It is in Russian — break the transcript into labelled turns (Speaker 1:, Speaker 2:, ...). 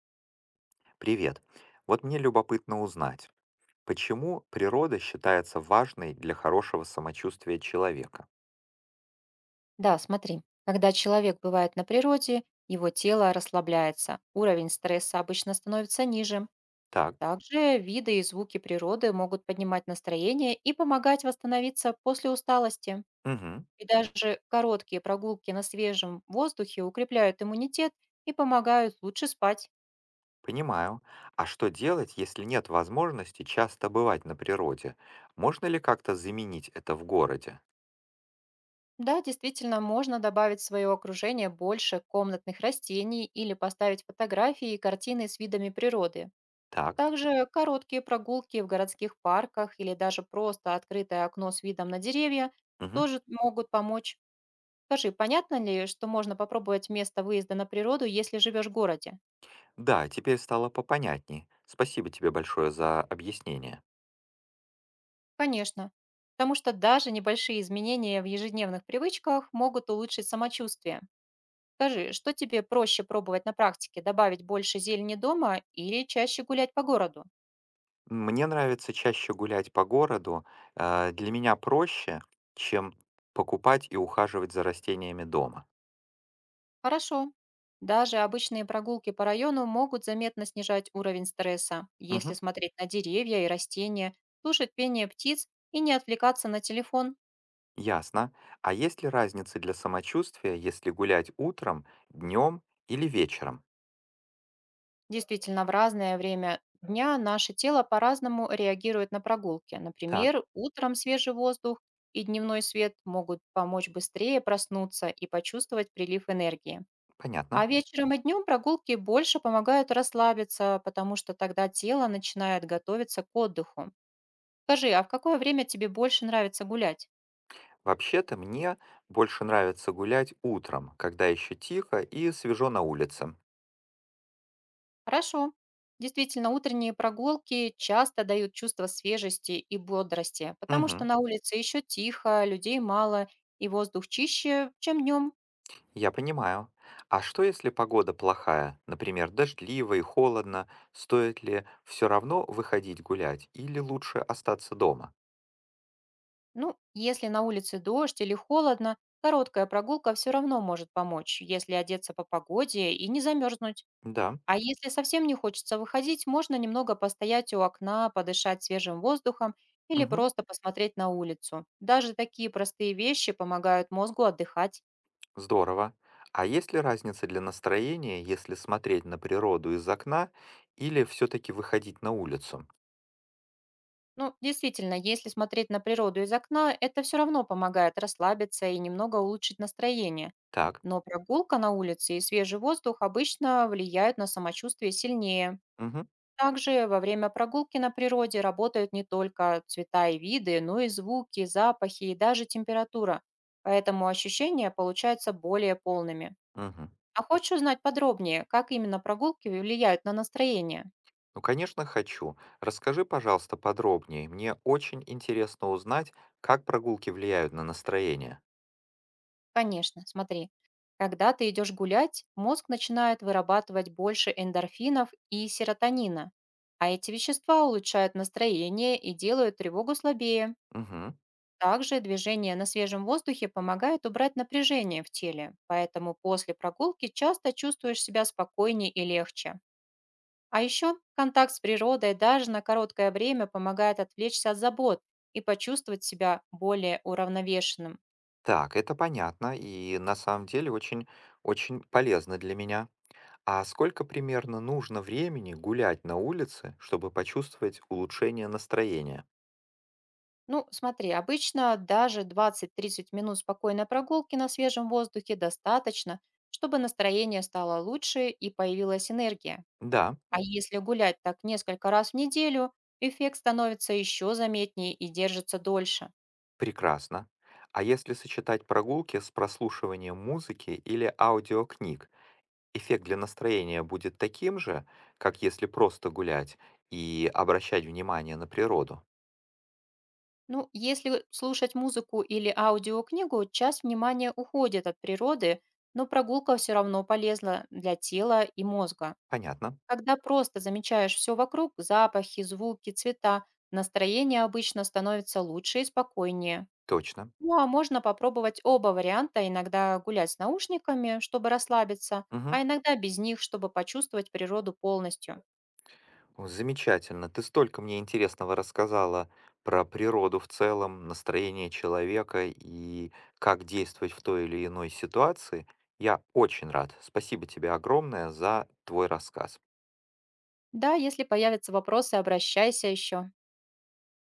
Speaker 1: Привет. Вот мне любопытно узнать, почему природа считается важной для хорошего самочувствия человека?
Speaker 2: Да, смотри, когда человек бывает на природе, его тело расслабляется, уровень стресса обычно становится ниже.
Speaker 1: Так,
Speaker 2: Также виды и звуки природы могут поднимать настроение и помогать восстановиться после усталости.
Speaker 1: мгм,
Speaker 2: И даже короткие прогулки на свежем воздухе укрепляют иммунитет и помогают лучше спать.
Speaker 1: понимаю. А что делать, если нет возможности часто бывать на природе? Можно ли как-то заменить это в городе?
Speaker 2: Да, действительно, можно добавить в свое окружение больше комнатных растений или поставить фотографии и картины с видами природы.
Speaker 1: Так,
Speaker 2: Также короткие прогулки в городских парках или даже просто открытое окно с видом на деревья
Speaker 1: мгм.
Speaker 2: тоже могут помочь. Скажи, понятно ли, что можно попробовать место выезда на природу, если живешь в городе?
Speaker 1: Да, теперь стало попонятней. Спасибо тебе большое за объяснение.
Speaker 2: Конечно. Потому что даже небольшие изменения в ежедневных привычках могут улучшить самочувствие. Скажи, что тебе проще пробовать на практике, добавить больше зелени дома или чаще гулять по городу?
Speaker 1: Мне нравится чаще гулять по городу. Для меня проще, чем покупать и ухаживать за растениями дома.
Speaker 2: Хорошо. Даже обычные прогулки по району могут заметно снижать уровень стресса, если
Speaker 1: Мгм.
Speaker 2: смотреть на деревья и растения, слушать пение птиц и не отвлекаться на телефон.
Speaker 1: Ясно. А есть ли разница для самочувствия, если гулять утром, днем или вечером?
Speaker 2: Действительно, в разное время дня наше тело по-разному реагирует на прогулки.
Speaker 1: Так,
Speaker 2: Например, утром свежий воздух и дневной свет могут помочь быстрее проснуться и почувствовать прилив энергии. А
Speaker 1: понятно.
Speaker 2: вечером и днем прогулки больше помогают расслабиться, потому что тогда тело начинает готовиться к отдыху. Скажи, а в какое время тебе больше нравится гулять?
Speaker 1: Вообще-то мне больше нравится гулять утром, когда еще тихо и свежо на улице.
Speaker 2: Хорошо. Действительно, утренние прогулки часто дают чувство свежести и бодрости, потому что
Speaker 1: Угу,
Speaker 2: на улице еще тихо, людей мало и воздух чище, чем днем.
Speaker 1: я понимаю. А что если погода плохая, например, дождливо и холодно, стоит ли все равно выходить гулять или лучше остаться дома?
Speaker 2: Ну, если на улице дождь или холодно, короткая прогулка все равно может помочь, если одеться по погоде и не замерзнуть.
Speaker 1: Да.
Speaker 2: А если совсем не хочется выходить, можно немного постоять у окна, подышать свежим воздухом или
Speaker 1: Мгм.
Speaker 2: просто посмотреть на улицу. Даже такие простые вещи помогают мозгу отдыхать.
Speaker 1: Здорово. А есть ли разница для настроения, если смотреть на природу из окна или все-таки выходить на улицу?
Speaker 2: Ну, действительно, если смотреть на природу из окна, это все равно помогает расслабиться и немного улучшить настроение.
Speaker 1: Так.
Speaker 2: Но прогулка на улице и свежий воздух обычно влияют на самочувствие сильнее.
Speaker 1: Мгм.
Speaker 2: Также во время прогулки на природе работают не только цвета и виды, но и звуки, запахи и даже температура. Поэтому ощущения получаются более полными.
Speaker 1: Мгм.
Speaker 2: А хочешь узнать подробнее, как именно прогулки влияют на настроение?
Speaker 1: Ну, конечно, хочу. Расскажи, пожалуйста, подробнее. Мне очень интересно узнать, как прогулки влияют на настроение.
Speaker 2: Конечно, смотри. Когда ты идешь гулять, мозг начинает вырабатывать больше эндорфинов и серотонина. А эти вещества улучшают настроение и делают тревогу слабее.
Speaker 1: Мгм.
Speaker 2: Также движение на свежем воздухе помогает убрать напряжение в теле, поэтому после прогулки часто чувствуешь себя спокойнее и легче. А еще контакт с природой даже на короткое время помогает отвлечься от забот и почувствовать себя более уравновешенным.
Speaker 1: Так, это понятно и на самом деле очень, очень полезно для меня. А сколько примерно нужно времени гулять на улице, чтобы почувствовать улучшение настроения?
Speaker 2: Ну, смотри, обычно даже 20-30 минут спокойной прогулки на свежем воздухе достаточно, чтобы настроение стало лучше и появилась энергия.
Speaker 1: Да.
Speaker 2: А если гулять так несколько раз в неделю, эффект становится еще заметнее и держится дольше.
Speaker 1: Прекрасно. А если сочетать прогулки с прослушиванием музыки или аудиокниг, эффект для настроения будет таким же, как если просто гулять и обращать внимание на природу?
Speaker 2: Ну, если слушать музыку или аудиокнигу, часть внимания уходит от природы, но прогулка все равно полезна для тела и мозга.
Speaker 1: Понятно,
Speaker 2: Когда просто замечаешь все вокруг, запахи, звуки, цвета, настроение обычно становится лучше и спокойнее.
Speaker 1: точно.
Speaker 2: Ну, а можно попробовать оба варианта, иногда гулять с наушниками, чтобы расслабиться, а
Speaker 1: Мгм.
Speaker 2: иногда без них, чтобы почувствовать природу полностью.
Speaker 1: О, замечательно. Ты столько мне интересного рассказала про природу в целом, настроение человека и как действовать в той или иной ситуации. Я очень рад. Спасибо тебе огромное за твой рассказ.
Speaker 2: Да, если появятся вопросы, обращайся еще.